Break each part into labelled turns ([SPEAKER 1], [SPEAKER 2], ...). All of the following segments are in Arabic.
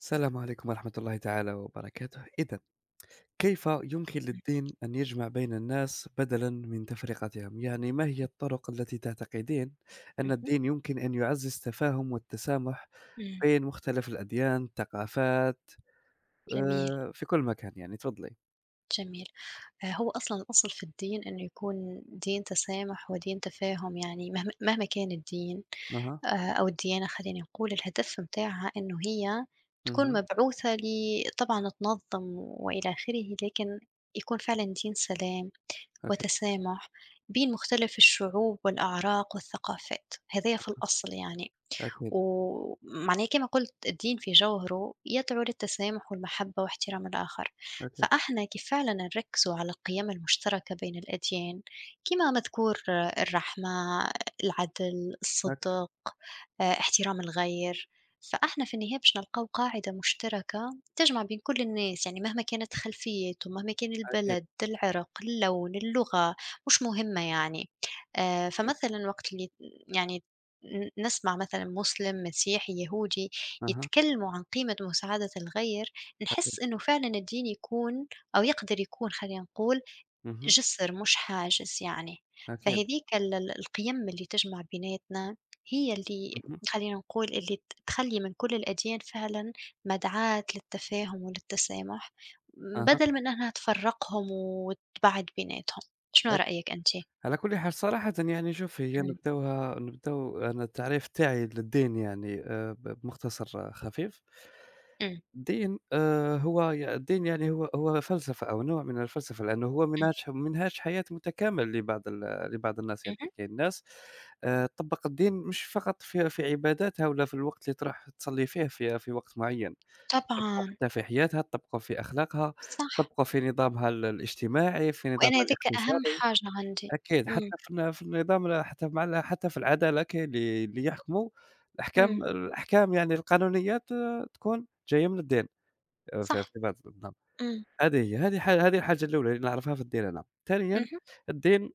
[SPEAKER 1] السلام عليكم ورحمة الله تعالى وبركاته. إذا كيف يمكن
[SPEAKER 2] إمم،
[SPEAKER 1] للدين أن يجمع بين الناس بدلا من تفرقتهم؟ يعني ما هي الطرق التي تعتقدين أن
[SPEAKER 2] اهم،
[SPEAKER 1] الدين يمكن أن يعزز التفاهم والتسامح
[SPEAKER 2] إمم،
[SPEAKER 1] بين مختلف الأديان، الثقافات،
[SPEAKER 2] جميل،
[SPEAKER 1] في كل مكان يعني؟ تفضلي.
[SPEAKER 2] جميل. هو أصلًا الأصل في الدين إنه يكون دين تسامح ودين تفاهم، يعني مهما كان الدين
[SPEAKER 1] أها،
[SPEAKER 2] أو الديانة خلّينا نقول، الهدف متاعها إنه هي تكون
[SPEAKER 1] اهم،
[SPEAKER 2] مبعوثة طبعًا تنظّم وإلى آخره، لكن يكون فعلًا دين سلام
[SPEAKER 1] أكيد،
[SPEAKER 2] وتسامح بين مختلف الشعوب والأعراق والثقافات، هدايا في الأصل يعني.
[SPEAKER 1] أكيد،
[SPEAKER 2] ومعناه كما قلت الدين في جوهره يدعو للتسامح والمحبة واحترام الآخر
[SPEAKER 1] أكيد،
[SPEAKER 2] فإحنا كيف فعلا نركزوا على القيم المشتركة بين الأديان كما مذكور الرحمة العدل
[SPEAKER 1] أكيد،
[SPEAKER 2] الصدق احترام الغير فإحنا في النهاية باش نلقاو قاعدة مشتركة تجمع بين كل الناس يعني مهما كانت خلفيتهم مهما كان
[SPEAKER 1] أكيد،
[SPEAKER 2] البلد العرق اللون اللغة مش مهمة يعني
[SPEAKER 1] أكيد،
[SPEAKER 2] فمثلا وقت اللي يعني نسمع مثلًا مسلم، مسيحي، يهودي،
[SPEAKER 1] أها،
[SPEAKER 2] يتكلموا عن قيمة مساعدة الغير، نحس
[SPEAKER 1] أكيد،
[SPEAKER 2] إنه فعلًا الدين يكون أو يقدر يكون خلينا نقول
[SPEAKER 1] اهم،
[SPEAKER 2] جسر مش حاجز يعني،
[SPEAKER 1] أكيد،
[SPEAKER 2] فهذيك ال القيم اللي تجمع بيناتنا هي اللي
[SPEAKER 1] اهم،
[SPEAKER 2] خلينا نقول اللي تخلي من كل الأديان فعلًا مدعاة للتفاهم وللتسامح،
[SPEAKER 1] أها.
[SPEAKER 2] بدل من إنها تفرقهم وتبعد بيناتهم، شنو رأيك أنتِ؟
[SPEAKER 1] على كل حال صراحةً يعني شوف هي
[SPEAKER 2] إمم،
[SPEAKER 1] نبداوها نبداو أنا التعريف تاعي للدين يعني ب بمختصر خفيف.
[SPEAKER 2] إمم،
[SPEAKER 1] الدين هو الدين يعني هو هو فلسفة أو نوع من الفلسفة، لأنه هو
[SPEAKER 2] إمم،
[SPEAKER 1] منهاج حياة متكامل لبعض الناس، يعني
[SPEAKER 2] اهم،
[SPEAKER 1] كاين ناس طبّق الدين مش فقط في عباداتها ولا في الوقت اللي تروح تصلّي فيه في وقت معيّن، طبّقه
[SPEAKER 2] طبعًا،
[SPEAKER 1] حتى في حياتها، طبّقه في أخلاقها،
[SPEAKER 2] صح.
[SPEAKER 1] طبّقه في نظامها الاجتماعي، في
[SPEAKER 2] وأنا
[SPEAKER 1] نظامها
[SPEAKER 2] هاذيك أهم
[SPEAKER 1] الاقتصادي.
[SPEAKER 2] حاجة عندي.
[SPEAKER 1] أكيد
[SPEAKER 2] إمم،
[SPEAKER 1] حتى في النظام لا حتى مع ال حتى في العدالة كاين اللي يحكموا
[SPEAKER 2] إمم،
[SPEAKER 1] الأحكام يعني القانونيات تكون جاية من الدين في
[SPEAKER 2] صح،
[SPEAKER 1] بعض النظام،
[SPEAKER 2] إمم،
[SPEAKER 1] هذه هي هذه ح هذه الحاجة الأولى اللي نعرفها في الدين أنا، ثانيًا
[SPEAKER 2] اهم،
[SPEAKER 1] الدين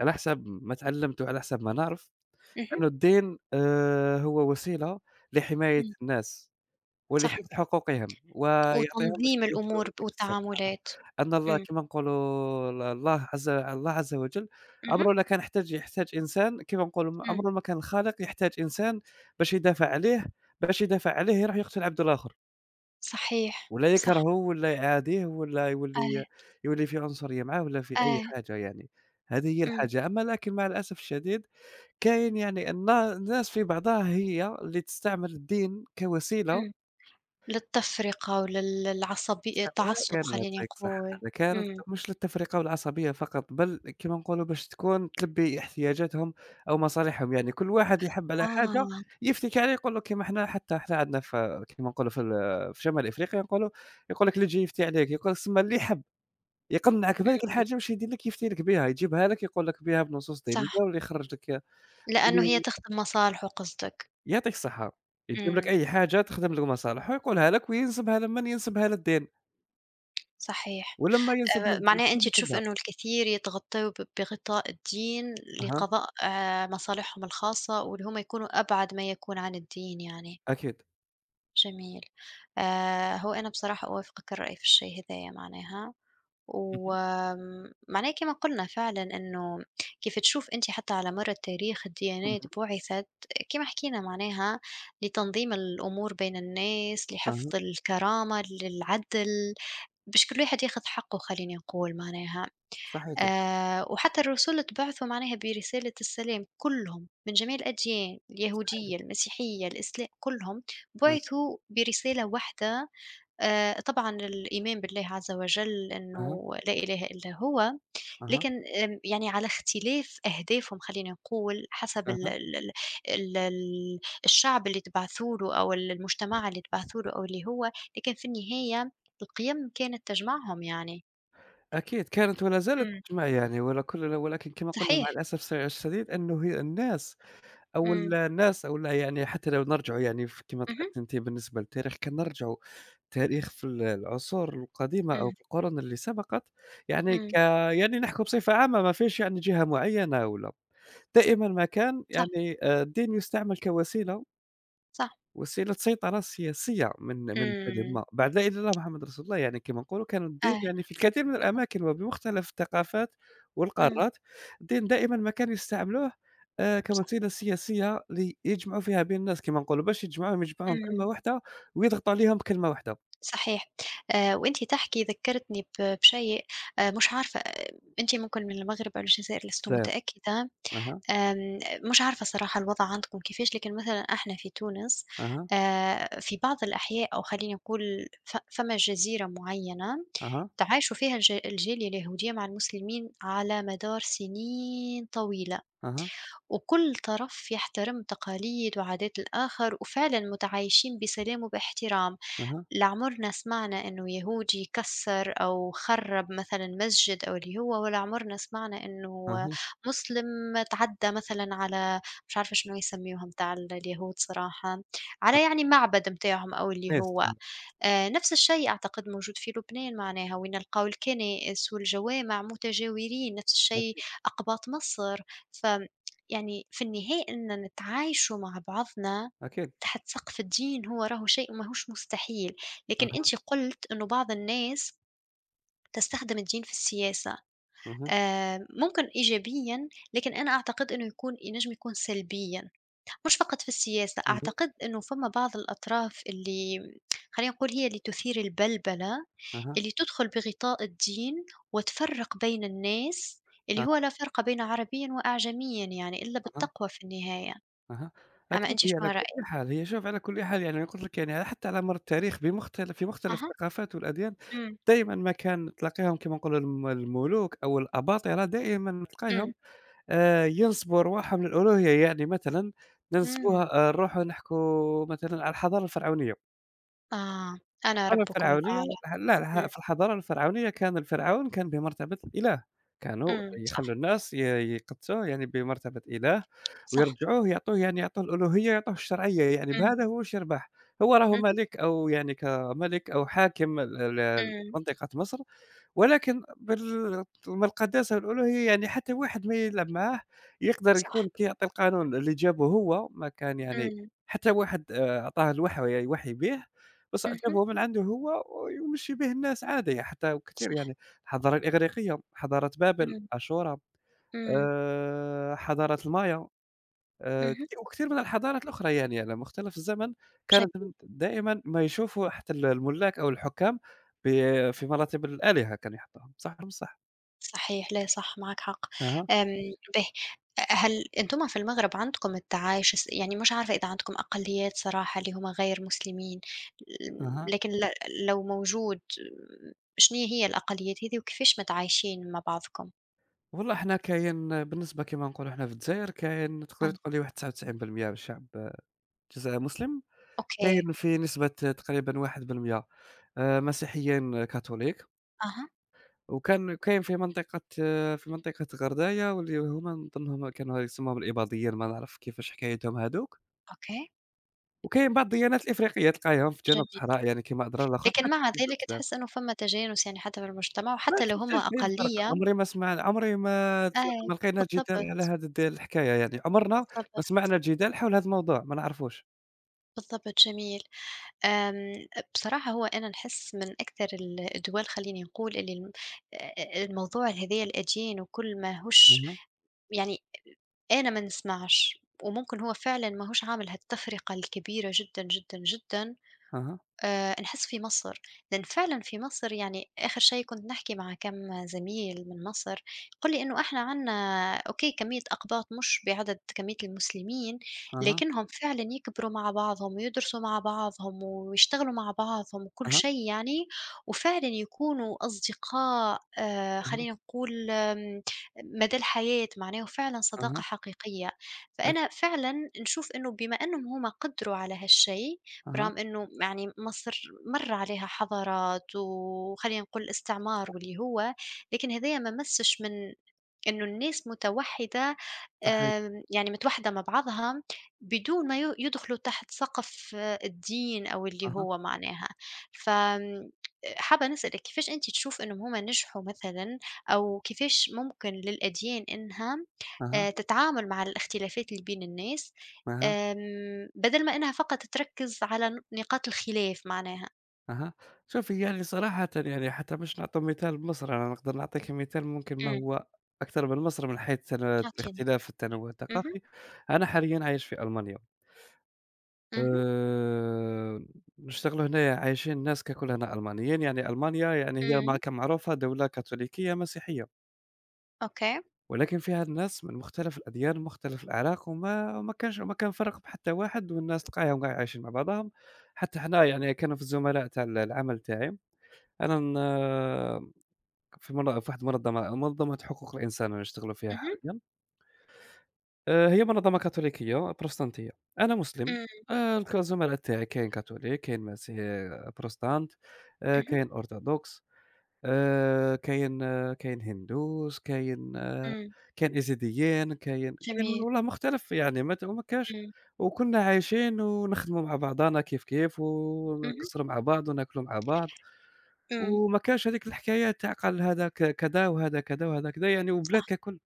[SPEAKER 1] على حسب ما تعلمت وعلى حسب ما نعرف
[SPEAKER 2] اهم،
[SPEAKER 1] إنه الدين هو وسيلة لحماية
[SPEAKER 2] إمم،
[SPEAKER 1] الناس.
[SPEAKER 2] صح،
[SPEAKER 1] ولحفظ حقوقهم، ويعطيهم باش
[SPEAKER 2] وتنظيم
[SPEAKER 1] يعيشوا
[SPEAKER 2] الأمور
[SPEAKER 1] هذيك الصراحة،
[SPEAKER 2] والتعاملات.
[SPEAKER 1] أن الله
[SPEAKER 2] إمم،
[SPEAKER 1] كما نقولوا ال الله عز الله عز وجل
[SPEAKER 2] اهم،
[SPEAKER 1] عمره لا كان يحتاج إنسان كما نقولوا
[SPEAKER 2] إمم،
[SPEAKER 1] عمره ما كان الخالق يحتاج إنسان باش يدافع عليه يروح يقتل عبد الآخر،
[SPEAKER 2] صحيح،
[SPEAKER 1] ولا
[SPEAKER 2] صح،
[SPEAKER 1] يكرهه ولا يعاديه ولا يولي
[SPEAKER 2] آه،
[SPEAKER 1] يولي في عنصرية معاه ولا في أي
[SPEAKER 2] آه،
[SPEAKER 1] حاجة يعني، هذه هي
[SPEAKER 2] إمم،
[SPEAKER 1] الحاجة. أما لكن مع الأسف الشديد كاين يعني الناس في بعضها هي اللي تستعمل الدين كوسيلة
[SPEAKER 2] إمم، للتفرقة للعصبي
[SPEAKER 1] سواء
[SPEAKER 2] التعصب
[SPEAKER 1] كان
[SPEAKER 2] خلّيني
[SPEAKER 1] يعطيك الصحة،
[SPEAKER 2] نقول،
[SPEAKER 1] كانت
[SPEAKER 2] إمم،
[SPEAKER 1] مش للتفرقة والعصبية فقط، بل كما نقولوا باش تكون تلبي احتياجاتهم أو مصالحهم، يعني كل واحد يحب على حاجة
[SPEAKER 2] آه،
[SPEAKER 1] يفتكي عليه يقول لك كيما حنا حتى حنا عندنا في كيما نقولوا في شمال إفريقيا نقولوا يقول لك اللي تجي يفتي عليك، يقول لك تسمى اللي يحب يقنعك بهذيك
[SPEAKER 2] إمم،
[SPEAKER 1] الحاجة باش يدير لك يفتي لك بها، يجيبها لك يقول لك بها بنصوص دينية
[SPEAKER 2] صح،
[SPEAKER 1] ولا يخرج لك
[SPEAKER 2] لأنه هي
[SPEAKER 1] اللي
[SPEAKER 2] تخدم مصالحه قصدك،
[SPEAKER 1] يعطيك الصحة، يجيب لك
[SPEAKER 2] إمم،
[SPEAKER 1] أي حاجة تخدم لك مصالحه يقولها لك وينسبها لمن؟ ينسبها للدين،
[SPEAKER 2] صحيح.
[SPEAKER 1] ولما ينسبها للدين
[SPEAKER 2] معناها
[SPEAKER 1] شكون
[SPEAKER 2] أنتِ
[SPEAKER 1] اللي
[SPEAKER 2] تشوفي
[SPEAKER 1] يسدها؟
[SPEAKER 2] إنه الكثير يتغطّوا بغطاء الدين
[SPEAKER 1] أها.
[SPEAKER 2] لقضاء مصالحهم الخاصة، وإن هم يكونوا أبعد ما يكون عن الدين يعني،
[SPEAKER 1] أكيد.
[SPEAKER 2] جميل. هو أنا بصراحة أوافقك الرأي في الشيء هدايا معناها،
[SPEAKER 1] اهم،
[SPEAKER 2] وآمم معناها كما قُلنا فعلًا إنه كيف تشوف أنتِ حتى على مَر التاريخ الديانات
[SPEAKER 1] اهم.
[SPEAKER 2] بُعثت كما حكينا معناها لتنظيم الأمور بين الناس،
[SPEAKER 1] أها،
[SPEAKER 2] لحفظ الكرامة، للعدل، باش كل واحد ياخذ حقّه خلّيني نقول معناها.
[SPEAKER 1] صحيح.
[SPEAKER 2] وحتى الرسل تبعثوا معناها برسالة السلام كلهم من جميع الأديان،
[SPEAKER 1] صحيح.
[SPEAKER 2] اليهودية، المسيحية، الإسلام، كلهم
[SPEAKER 1] نعم،
[SPEAKER 2] بُعثوا برسالة واحدة طبعًا الإيمان بالله عز وجل
[SPEAKER 1] أها،
[SPEAKER 2] إنه لا إله إلا هو،
[SPEAKER 1] أها،
[SPEAKER 2] لكن يعني على اختلاف أهدافهم خلّيني نقول حسب ال
[SPEAKER 1] أها.
[SPEAKER 2] ال ال ال ال الشعب اللي تبعثوا له أو المجتمع اللي تبعثوا له أو اللي هو، لكن في النهاية القيم كانت تجمعهم يعني.
[SPEAKER 1] أكيد كانت ولا زالت
[SPEAKER 2] إمم،
[SPEAKER 1] تجمع يعني ولا كل ولكن كما قلنا مع
[SPEAKER 2] صحيح،
[SPEAKER 1] الأسف الشديد أنه هي الناس أو ال
[SPEAKER 2] إمم،
[SPEAKER 1] الناس أو لا يعني حتى لو نرجعوا يعني ف كما
[SPEAKER 2] اهم.
[SPEAKER 1] ذكرت أنتِ بالنسبة للتاريخ كنرجعوا تاريخ في ال العصور القديمة أو
[SPEAKER 2] إمم،
[SPEAKER 1] في القرون اللي سبقت، يعني ك
[SPEAKER 2] إمم،
[SPEAKER 1] يعني نحكوا بصفة عامة ما فيش يعني جهة معينة ولا دائمًا ما كان
[SPEAKER 2] صح،
[SPEAKER 1] يعني الدين يستعمل كوسيلة
[SPEAKER 2] صح.
[SPEAKER 1] وسيلة سيطرة سياسية من جانب
[SPEAKER 2] إمم.
[SPEAKER 1] ما، بعد "لا إله إلا الله محمد رسول الله" يعني كما نقولوا كان الدين
[SPEAKER 2] آه،
[SPEAKER 1] يعني في الكثير من
[SPEAKER 2] صح،
[SPEAKER 1] الأماكن وبمختلف الثقافات
[SPEAKER 2] إمم،
[SPEAKER 1] والقارات، الدين دائمًا ما كانوا يستعملوه
[SPEAKER 2] صح،
[SPEAKER 1] كوسيلة سياسية ليجمعوا فيها بين الناس كما نقولوا، باش يجمعوهم
[SPEAKER 2] إمم،
[SPEAKER 1] كلمة واحدة ويضغطوا عليهم بكلمة واحدة.
[SPEAKER 2] صحيح. وأنتِ تحكي ذكّرتني بشيء مش عارفة أنتِ ممكن من المغرب أو الجزائر لست
[SPEAKER 1] داير
[SPEAKER 2] متأكدة،
[SPEAKER 1] أها،
[SPEAKER 2] آمم مش عارفة صراحة الوضع عندكم كيفاش، لكن مثلًا إحنا في تونس
[SPEAKER 1] أها،
[SPEAKER 2] في بعض الأحياء أو خلّيني نقول فما جزيرة معيّنة
[SPEAKER 1] أها،
[SPEAKER 2] تعايشوا فيها الجالية اليهودية مع المسلمين على مدار سنين طويلة.
[SPEAKER 1] أها،
[SPEAKER 2] وكل طرف يحترم تقاليد وعادات الآخر وفعلا متعايشين بسلام وباحترام
[SPEAKER 1] أها،
[SPEAKER 2] لعمرنا سمعنا إنه يهودي كسر أو خرب مثلا مسجد أو اللي هو ولا عمرنا سمعنا إنه
[SPEAKER 1] أها،
[SPEAKER 2] مسلم تعدى مثلا على مش عارفة شنو يسميوها متاع اليهود صراحة على يعني معبد متاعهم أو اللي
[SPEAKER 1] أها،
[SPEAKER 2] هو نفس الشيء أعتقد موجود في لبنان معناها وين نلقاو الكنائس والجوامع متجاورين، نفس
[SPEAKER 1] أكيد،
[SPEAKER 2] الشيء
[SPEAKER 1] أكيد،
[SPEAKER 2] أقباط مصر، ف يعني في النهاية إن نتعايشوا مع بعضنا
[SPEAKER 1] أكيد.
[SPEAKER 2] تحت سقف الدين هو راهو شيء ماهوش مستحيل، لكن أنتِ
[SPEAKER 1] أها،
[SPEAKER 2] قُلتِ إنه بعض الناس تستخدم الدين في السياسة،
[SPEAKER 1] اهم،
[SPEAKER 2] ممكن إيجابيًا، لكن أنا أعتقد إنه يكون ينجم يكون سلبيًا. مش فقط في السياسة،
[SPEAKER 1] اهم،
[SPEAKER 2] أعتقد إنه فما بعض الأطراف اللي خلّينا نقول هي اللي تثير البلبلة،
[SPEAKER 1] أها،
[SPEAKER 2] اللي تدخل بغطاء الدين وتفرّق بين الناس، اللي
[SPEAKER 1] أها،
[SPEAKER 2] هو لا فرق بين عربيٍ وأعجميٍ يعني إلا
[SPEAKER 1] أها.
[SPEAKER 2] بالتقوى في النهاية،
[SPEAKER 1] أها،
[SPEAKER 2] أما
[SPEAKER 1] أكيد
[SPEAKER 2] أنتِ
[SPEAKER 1] هي
[SPEAKER 2] شنو
[SPEAKER 1] على كل
[SPEAKER 2] رأيِك؟
[SPEAKER 1] حال هي شوف على كل حال يعني قُلت لك يعني حتى على مر التاريخ بمختلف في مختلف
[SPEAKER 2] أها،
[SPEAKER 1] الثقافات والأديان،
[SPEAKER 2] إمم،
[SPEAKER 1] دايمًا ما كان تلاقيهم كما نقولوا الملوك أو الأباطرة دائمًا
[SPEAKER 2] إمم،
[SPEAKER 1] تلقايهم ينسبوا أرواحهم للألوهية، يعني مثلًا
[SPEAKER 2] إمم،
[SPEAKER 1] ننسبوها نروحوا نحكوا مثلًا على الحضارة الفرعونية.
[SPEAKER 2] آه، أنا
[SPEAKER 1] الحضارة
[SPEAKER 2] ربكم
[SPEAKER 1] الفرعونية
[SPEAKER 2] الأعلى،
[SPEAKER 1] لا لا
[SPEAKER 2] إمم،
[SPEAKER 1] في الحضارة الفرعونية كان الفرعون كان بمرتبة الإله، كانوا
[SPEAKER 2] إمم، صح،
[SPEAKER 1] يخلّوا الناس ي يقدسوه يعني بمرتبة إله،
[SPEAKER 2] صح،
[SPEAKER 1] ويرجعوه يعطوه يعني يعطوه الألوهية ويعطوه الشرعية، يعني بهذا
[SPEAKER 2] إمم،
[SPEAKER 1] هو واش يربح، هو راهو
[SPEAKER 2] اهم،
[SPEAKER 1] ملك أو يعني كملك أو حاكم ل ل
[SPEAKER 2] إمم،
[SPEAKER 1] لمنطقة مصر ولكن بال من القداسة والألوهية يعني حتى واحد ما يلعب معاه يقدر
[SPEAKER 2] صح،
[SPEAKER 1] يكون كيعطي القانون اللي جابه هو، ما كان يعني
[SPEAKER 2] إمم،
[SPEAKER 1] حتى واحد أعطاه الوحي يوحي به، بصح
[SPEAKER 2] اهم،
[SPEAKER 1] جابه من عنده هو ويمشي به الناس عادي، حتى وكثير
[SPEAKER 2] صح،
[SPEAKER 1] يعني الحضارة الإغريقية، حضارة بابل،
[SPEAKER 2] إمم،
[SPEAKER 1] عاشوراء،
[SPEAKER 2] إمم،
[SPEAKER 1] حضارة المايا.
[SPEAKER 2] اهم،
[SPEAKER 1] كت وكثير من الحضارات الأخرى يعني على مختلف الزمن كانت
[SPEAKER 2] جميل.
[SPEAKER 1] من دائمًا ما يشوفوا حتى الملاك أو الحكام ب في مراتب الآلهة كانوا يحطوهم، صح والّا مش صح؟
[SPEAKER 2] صحيح، لا صح معاك حق.
[SPEAKER 1] أها،
[SPEAKER 2] آمم به هل أنتم في المغرب عندكم التعايش يعني مش عارفة إذا عندكم أقليات صراحة اللي هُم غير مسلمين،
[SPEAKER 1] أها.
[SPEAKER 2] لكن لو موجود شنو هي الأقليات هذي وكيفاش متعايشين مع بعضكم؟
[SPEAKER 1] والله إحنا كاين بالنسبة كيما نقولوا إحنا في الجزائر كاين
[SPEAKER 2] آه،
[SPEAKER 1] تقدر تقول لي واحد 99% من الشعب الجزائري مسلم،
[SPEAKER 2] أوكي،
[SPEAKER 1] كاين في نسبة تقريبًا 1% مسيحيين كاثوليك،
[SPEAKER 2] أها،
[SPEAKER 1] وكان كاين في منطقة في منطقة غردايا واللي هُما نظنهم كانوا يسموهم الإباضيين ما نعرف كيفاش حكايتهم هاذوك.
[SPEAKER 2] أوكي،
[SPEAKER 1] وكاين بعض الديانات الإفريقية تلقايهم في الجنوب
[SPEAKER 2] جميل.
[SPEAKER 1] الصحراء يعني كيما الأضرار الآخر
[SPEAKER 2] لكن
[SPEAKER 1] حاجة
[SPEAKER 2] مع
[SPEAKER 1] عجيبة
[SPEAKER 2] ذلك
[SPEAKER 1] بزاف،
[SPEAKER 2] تحس إنه فما تجانس يعني حتى في المجتمع
[SPEAKER 1] ما
[SPEAKER 2] وحتى لو هُم
[SPEAKER 1] تحسهاش كاين الفرق
[SPEAKER 2] أقلية
[SPEAKER 1] عمري ما سمع عمري ما تل
[SPEAKER 2] أي،
[SPEAKER 1] ما لقينا جدال على
[SPEAKER 2] بالضبط،
[SPEAKER 1] هذا الد الحكاية يعني، عمرنا
[SPEAKER 2] بالضبط،
[SPEAKER 1] ما سمعنا جدال حول هذا الموضوع ما نعرفوش.
[SPEAKER 2] بالضبط، جميل. آمم، بصراحة هو أنا نحس من أكثر الدول خلّيني نقول اللي الموضوع هذايا الأديان وكل ماهوش
[SPEAKER 1] اها،
[SPEAKER 2] يعني أنا ما نسمعش، وممكن هو فعلًا ماهوش عامل هالتفرقة الكبيرة جدًا، جدًا، جدًا
[SPEAKER 1] أها،
[SPEAKER 2] نحس في مصر، لإن فعلًا في مصر يعني آخر شي كنت نحكي مع كم زميل من مصر، قال لي إنه إحنا عندنا أوكي كمية أقباط مش بعدد كمية المسلمين،
[SPEAKER 1] أها،
[SPEAKER 2] لكنهم فعلًا يكبروا مع بعضهم ويدرسوا مع بعضهم ويشتغلوا مع بعضهم وكل
[SPEAKER 1] أها،
[SPEAKER 2] شي يعني، وفعلًا يكونوا أصدقاء
[SPEAKER 1] أها،
[SPEAKER 2] خلّينا نقول مدى الحياة، معناه فعلًا صداقة
[SPEAKER 1] أها،
[SPEAKER 2] حقيقية، فأنا
[SPEAKER 1] أكيد،
[SPEAKER 2] فعلًا نشوف إنه بما إنهم هم قدروا على هالشي
[SPEAKER 1] أها،
[SPEAKER 2] برغم إنه يعني مصر مَر عليها حضارات وخلّينا نقول استعمار
[SPEAKER 1] صح،
[SPEAKER 2] واللي هو، لكن هدايا ما مسّش من إنه الناس متوحّدة
[SPEAKER 1] صحيح،
[SPEAKER 2] يعني متوحّدة مع بعضها بدون ما يدخلوا تحت سقف الدين أو اللي
[SPEAKER 1] أها،
[SPEAKER 2] هو معناها. ف آمم، حابة نسألِك كيفاش أنتِ تشوف إنهم هم نجحوا مثلًا أو كيفاش ممكن للأديان إنها
[SPEAKER 1] أها،
[SPEAKER 2] تتعامل مع الاختلافات اللي بين الناس،
[SPEAKER 1] أها.
[SPEAKER 2] بدل ما إنها فقط تركّز على نقاط الخلاف معناها.
[SPEAKER 1] أها. شوفي يعني صراحةً يعني حتى باش نعطوا مثال بمصر، أنا نقدر نعطيكِ مثال ممكن ما
[SPEAKER 2] إمم،
[SPEAKER 1] هو أكثر من مصر من حيث
[SPEAKER 2] أعطيني.
[SPEAKER 1] الاختلاف في التنوع
[SPEAKER 2] اهم،
[SPEAKER 1] الثقافي. أنا حاليًا عايش في ألمانيا،
[SPEAKER 2] اهم،
[SPEAKER 1] آآ، نشتغلوا هنايا عايشين الناس ككلنا ألمانيين، يعني ألمانيا يعني هي ما
[SPEAKER 2] إمم،
[SPEAKER 1] كمعروفة دولة كاثوليكية مسيحية،
[SPEAKER 2] أوكي.
[SPEAKER 1] ولكن فيها الناس من مختلف الأديان ومختلف الأعراق، وما وما كانش ما كان فرق بحتى واحد، والناس تلقاهم قاع عايشين مع بعضهم. حتى حنا يعني كانوا في الزملاء تاع ال العمل تاعي، أنا ن في منظ في واحد المنظمة منظمة حقوق الإنسان أنا نشتغل فيها
[SPEAKER 2] اهم،
[SPEAKER 1] حاليًا، هي منظمة كاثوليكية بروتستانتية، أنا مسلم،
[SPEAKER 2] إمم،
[SPEAKER 1] الك الزملاء تاعي كاين كاثوليك، كاين مسيحي بروتستانت،
[SPEAKER 2] اهم،
[SPEAKER 1] كاين أرثوذكس، كاين هندوس،
[SPEAKER 2] إمم،
[SPEAKER 1] كاين يزيديين، كاين
[SPEAKER 2] جميل،
[SPEAKER 1] والله مختلف يعني ما ت ما كاش
[SPEAKER 2] إمم،
[SPEAKER 1] وكنا عايشين ونخدموا مع بعضنا كيف، كيف،
[SPEAKER 2] اهم،
[SPEAKER 1] ونقصروا مع بعض وناكلوا مع بعض.
[SPEAKER 2] إمم،
[SPEAKER 1] وما كانش هذيك الحكاية تاع قال هذا كذا وهذا كذا وهذا كذا، يعني والبلاد
[SPEAKER 2] صح،
[SPEAKER 1] ككل،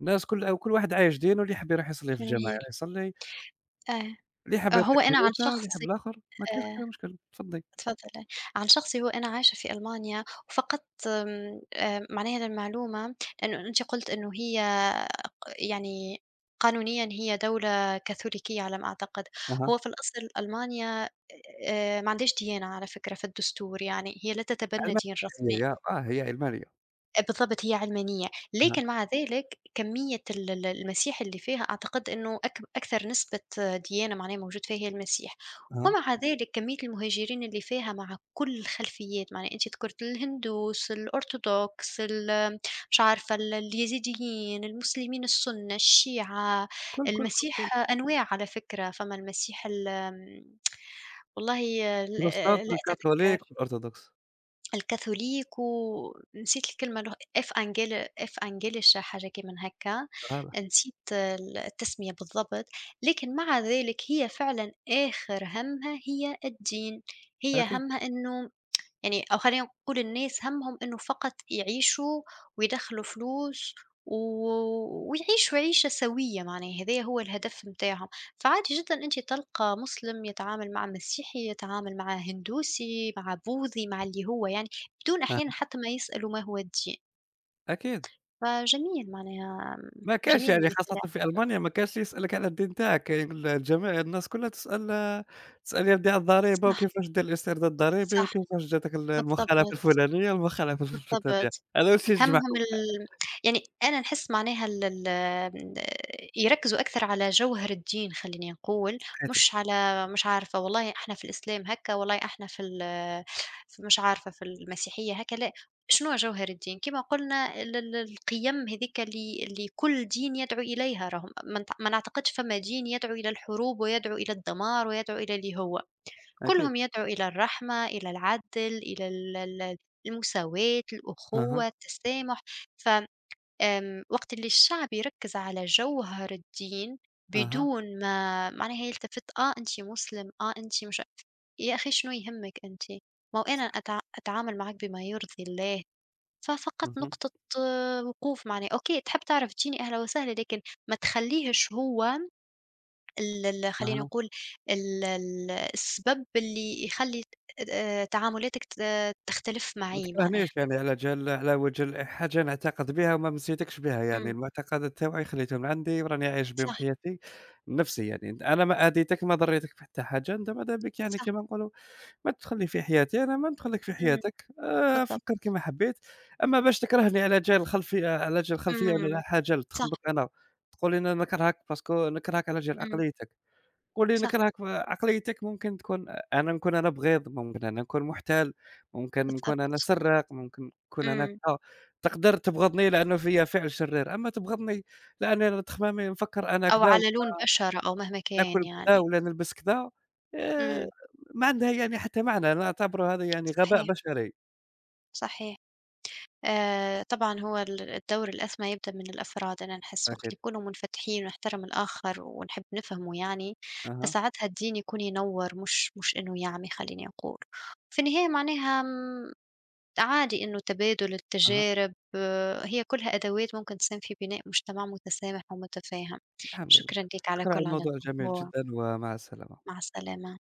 [SPEAKER 1] الناس كل أو كل واحد عايش دينه، اللي يحب يروح يصلي في الجماعة
[SPEAKER 2] جميل،
[SPEAKER 1] يروح يصلي،
[SPEAKER 2] آه.
[SPEAKER 1] اللي يحب يروح
[SPEAKER 2] هو أنا عن
[SPEAKER 1] الكنيسة، اللي يحب
[SPEAKER 2] شخصي
[SPEAKER 1] الآخر، ما كاينش
[SPEAKER 2] آآ
[SPEAKER 1] حتى مشكل، تفضّي.
[SPEAKER 2] تفضّلي. عن شخصي هو أنا عايشة في ألمانيا، وفقدت آمم، معناها المعلومة إنه أنتِ قُلتِ إنه هي يعني قانونيًا هي دولة كاثوليكية على ما أعتقد،
[SPEAKER 1] أها،
[SPEAKER 2] هو في الأصل ألمانيا ما عندهاش ديانة على فكرة في الدستور يعني، هي لا تتبنى
[SPEAKER 1] علمانية
[SPEAKER 2] دين
[SPEAKER 1] هي
[SPEAKER 2] رسمي.
[SPEAKER 1] يا آه، هي علمانية،
[SPEAKER 2] بالضبط هي علمانية،
[SPEAKER 1] أها،
[SPEAKER 2] لكن مع ذلك كمية ال المسيح اللي فيها أعتقد إنه أكثر نسبة ديانة معناها موجود فيها هي المسيح،
[SPEAKER 1] أها،
[SPEAKER 2] ومع ذلك كمية المهاجرين اللي فيها مع كل الخلفيات، معناها أنتِ ذكرت الهندوس، الأرثوذكس، مش عارفة اليزيديين، المسلمين السنة، الشيعة،
[SPEAKER 1] كل، كل، كل، كل،
[SPEAKER 2] المسيح أنواع على فكرة، فما المسيح والله ل
[SPEAKER 1] بروتستانت
[SPEAKER 2] لا
[SPEAKER 1] والكاثوليك
[SPEAKER 2] أتذكر.
[SPEAKER 1] والأرثوذكس،
[SPEAKER 2] الكاثوليك ونسيت الكلمة إف أنجلش حاجة كي من هكا،
[SPEAKER 1] أها،
[SPEAKER 2] نسيت التسمية بالضبط، لكن مع ذلك هي فعلًا آخر همها هي الدين، هي
[SPEAKER 1] أكيد،
[SPEAKER 2] همها إنه يعني أو خلّينا نقول الناس هَمّهم إنه فقط يعيشوا ويدخّلوا فلوس و ويعيشوا عيشة سويّة معناها، هذايا هو الهدف متاعهم، فعادي جدًا أنت تلقى مسلم يتعامل مع مسيحي، يتعامل مع هندوسي، مع بوذي، مع اللي هو يعني، بدون
[SPEAKER 1] أها،
[SPEAKER 2] أحيانًا حتى ما يسألوا ما هو الدين،
[SPEAKER 1] أكيد.
[SPEAKER 2] فجميل معناها
[SPEAKER 1] ما كانش
[SPEAKER 2] جميل
[SPEAKER 1] يعني
[SPEAKER 2] المثال
[SPEAKER 1] خاصةً
[SPEAKER 2] اللي
[SPEAKER 1] في
[SPEAKER 2] أعطيته.
[SPEAKER 1] ألمانيا ما كانش يسألك على الدين تاعك، كاين الجميع الناس كلها تسأل تسأل يا ودي على الضريبة
[SPEAKER 2] صح،
[SPEAKER 1] وكيفاش دير الاسترداد الضريبي
[SPEAKER 2] صح،
[SPEAKER 1] وكيفاش جاتك المخالفة
[SPEAKER 2] بالضبط،
[SPEAKER 1] الفلانية، المخالفة الفلانية،
[SPEAKER 2] بالضبط.
[SPEAKER 1] هذا هو الشيء اللي جمعهم
[SPEAKER 2] همهم يعني أنا نحس معناها ال يركّزوا أكثر على جوهر الدين خلّيني نقول،
[SPEAKER 1] حياتي
[SPEAKER 2] مش على مش عارفة والله إحنا في الإسلام هكا، والله إحنا في في مش عارفة في المسيحية هكا، لأ، شنو جوهر الدين؟ كيما قُلنا ال القيم هاذيك اللي كل دين يدعو إليها، راهم ما نعتقدش فما دين يدعو إلى الحروب، ويدعو إلى الدمار، ويدعو إلى اللي هو.
[SPEAKER 1] أكيد.
[SPEAKER 2] كلهم يدعو إلى الرحمة، إلى العدل، إلى ال المساواة،
[SPEAKER 1] أها،
[SPEAKER 2] الأخوة، التسامح، ف آمم، وقت اللي الشعب يركز على جوهر الدين
[SPEAKER 1] أها،
[SPEAKER 2] بدون ما معناها يلتفت أنتِ مسلم، أنتِ مش يا أخي شنو يهمك أنتِ؟ ما هو أنا أتعامل معاك بما يرضي الله، ففقط
[SPEAKER 1] اهم،
[SPEAKER 2] نقطة وقوف معناها أوكي تحب تعرف ديني أهلا وسهلا، لكن ما تخليهش هو ال خلّينا
[SPEAKER 1] أها.
[SPEAKER 2] نقول ال السبب اللي يخلّي ت تعاملاتك تختلف
[SPEAKER 1] ما
[SPEAKER 2] معي معناها.
[SPEAKER 1] تكرهنيش يعني على جال على وجه حاجة نعتقد بها وما مسيتكش بها، يعني
[SPEAKER 2] إمم،
[SPEAKER 1] المعتقدات تاوعي خليتهم عندي وراني عايش بهم
[SPEAKER 2] صح،
[SPEAKER 1] حياتي، نفسي يعني. أنا ما آذيتك ما ضريتك بحتى حاجة، أنت ماذا بك يعني
[SPEAKER 2] صح،
[SPEAKER 1] كيما نقولوا ما تدخلني في حياتي، أنا ما ندخلك في
[SPEAKER 2] إمم،
[SPEAKER 1] حياتك، فكّر
[SPEAKER 2] بالضبط،
[SPEAKER 1] كيما حبيت، أما باش تكرهني على جال الخلفية ولا
[SPEAKER 2] إمم،
[SPEAKER 1] على حاجة اللي
[SPEAKER 2] صح،
[SPEAKER 1] تخمك أنا، تقول لي أنا نكرهك باسكو نكرهك على جال
[SPEAKER 2] إمم،
[SPEAKER 1] عقليتك، قُل لي
[SPEAKER 2] صح،
[SPEAKER 1] نكرهك عقليتك ممكن تكون أنا نكون أنا بغيض، ممكن أنا نكون محتال، ممكن نكون أنا
[SPEAKER 2] بالضبط،
[SPEAKER 1] سراق، ممكن نكون أنا
[SPEAKER 2] إمم،
[SPEAKER 1] كذا، تقدر تبغضني لأنه فيّا فعل شرير، أما تبغضني لأني أنا تخمامي نفكّر أنا
[SPEAKER 2] أو
[SPEAKER 1] كذا
[SPEAKER 2] على لون بشرة أو مهما كان
[SPEAKER 1] ناكل كذا
[SPEAKER 2] يعني،
[SPEAKER 1] ولا نلبس كذا، آآ
[SPEAKER 2] إمم،
[SPEAKER 1] ما عندها يعني حتى معنى، أنا أعتبره هذا يعني غباء
[SPEAKER 2] صحيح،
[SPEAKER 1] بشري.
[SPEAKER 2] صحيح. طبعًا هو الدور الأسمى يبدأ من الأفراد، أنا نحس وقت اللي
[SPEAKER 1] أكيد.
[SPEAKER 2] يكونوا منفتحين ونحترم الآخر ونحب نفهمه يعني،
[SPEAKER 1] أها،
[SPEAKER 2] فساعتها الدين يكون ينوّر مش إنه يعمي خلّيني أقول. في النهاية معناها عادي إنه تبادل
[SPEAKER 1] أها،
[SPEAKER 2] التجارب هي كلها أدوات ممكن تساهم في بناء مجتمع متسامح ومتفاهم.
[SPEAKER 1] الحمد لله.
[SPEAKER 2] شكرًا ليك
[SPEAKER 1] شكرًا على
[SPEAKER 2] على
[SPEAKER 1] الموضوع الجميل
[SPEAKER 2] الموضوع،
[SPEAKER 1] جدًا ومع السلامة.
[SPEAKER 2] مع السلامة.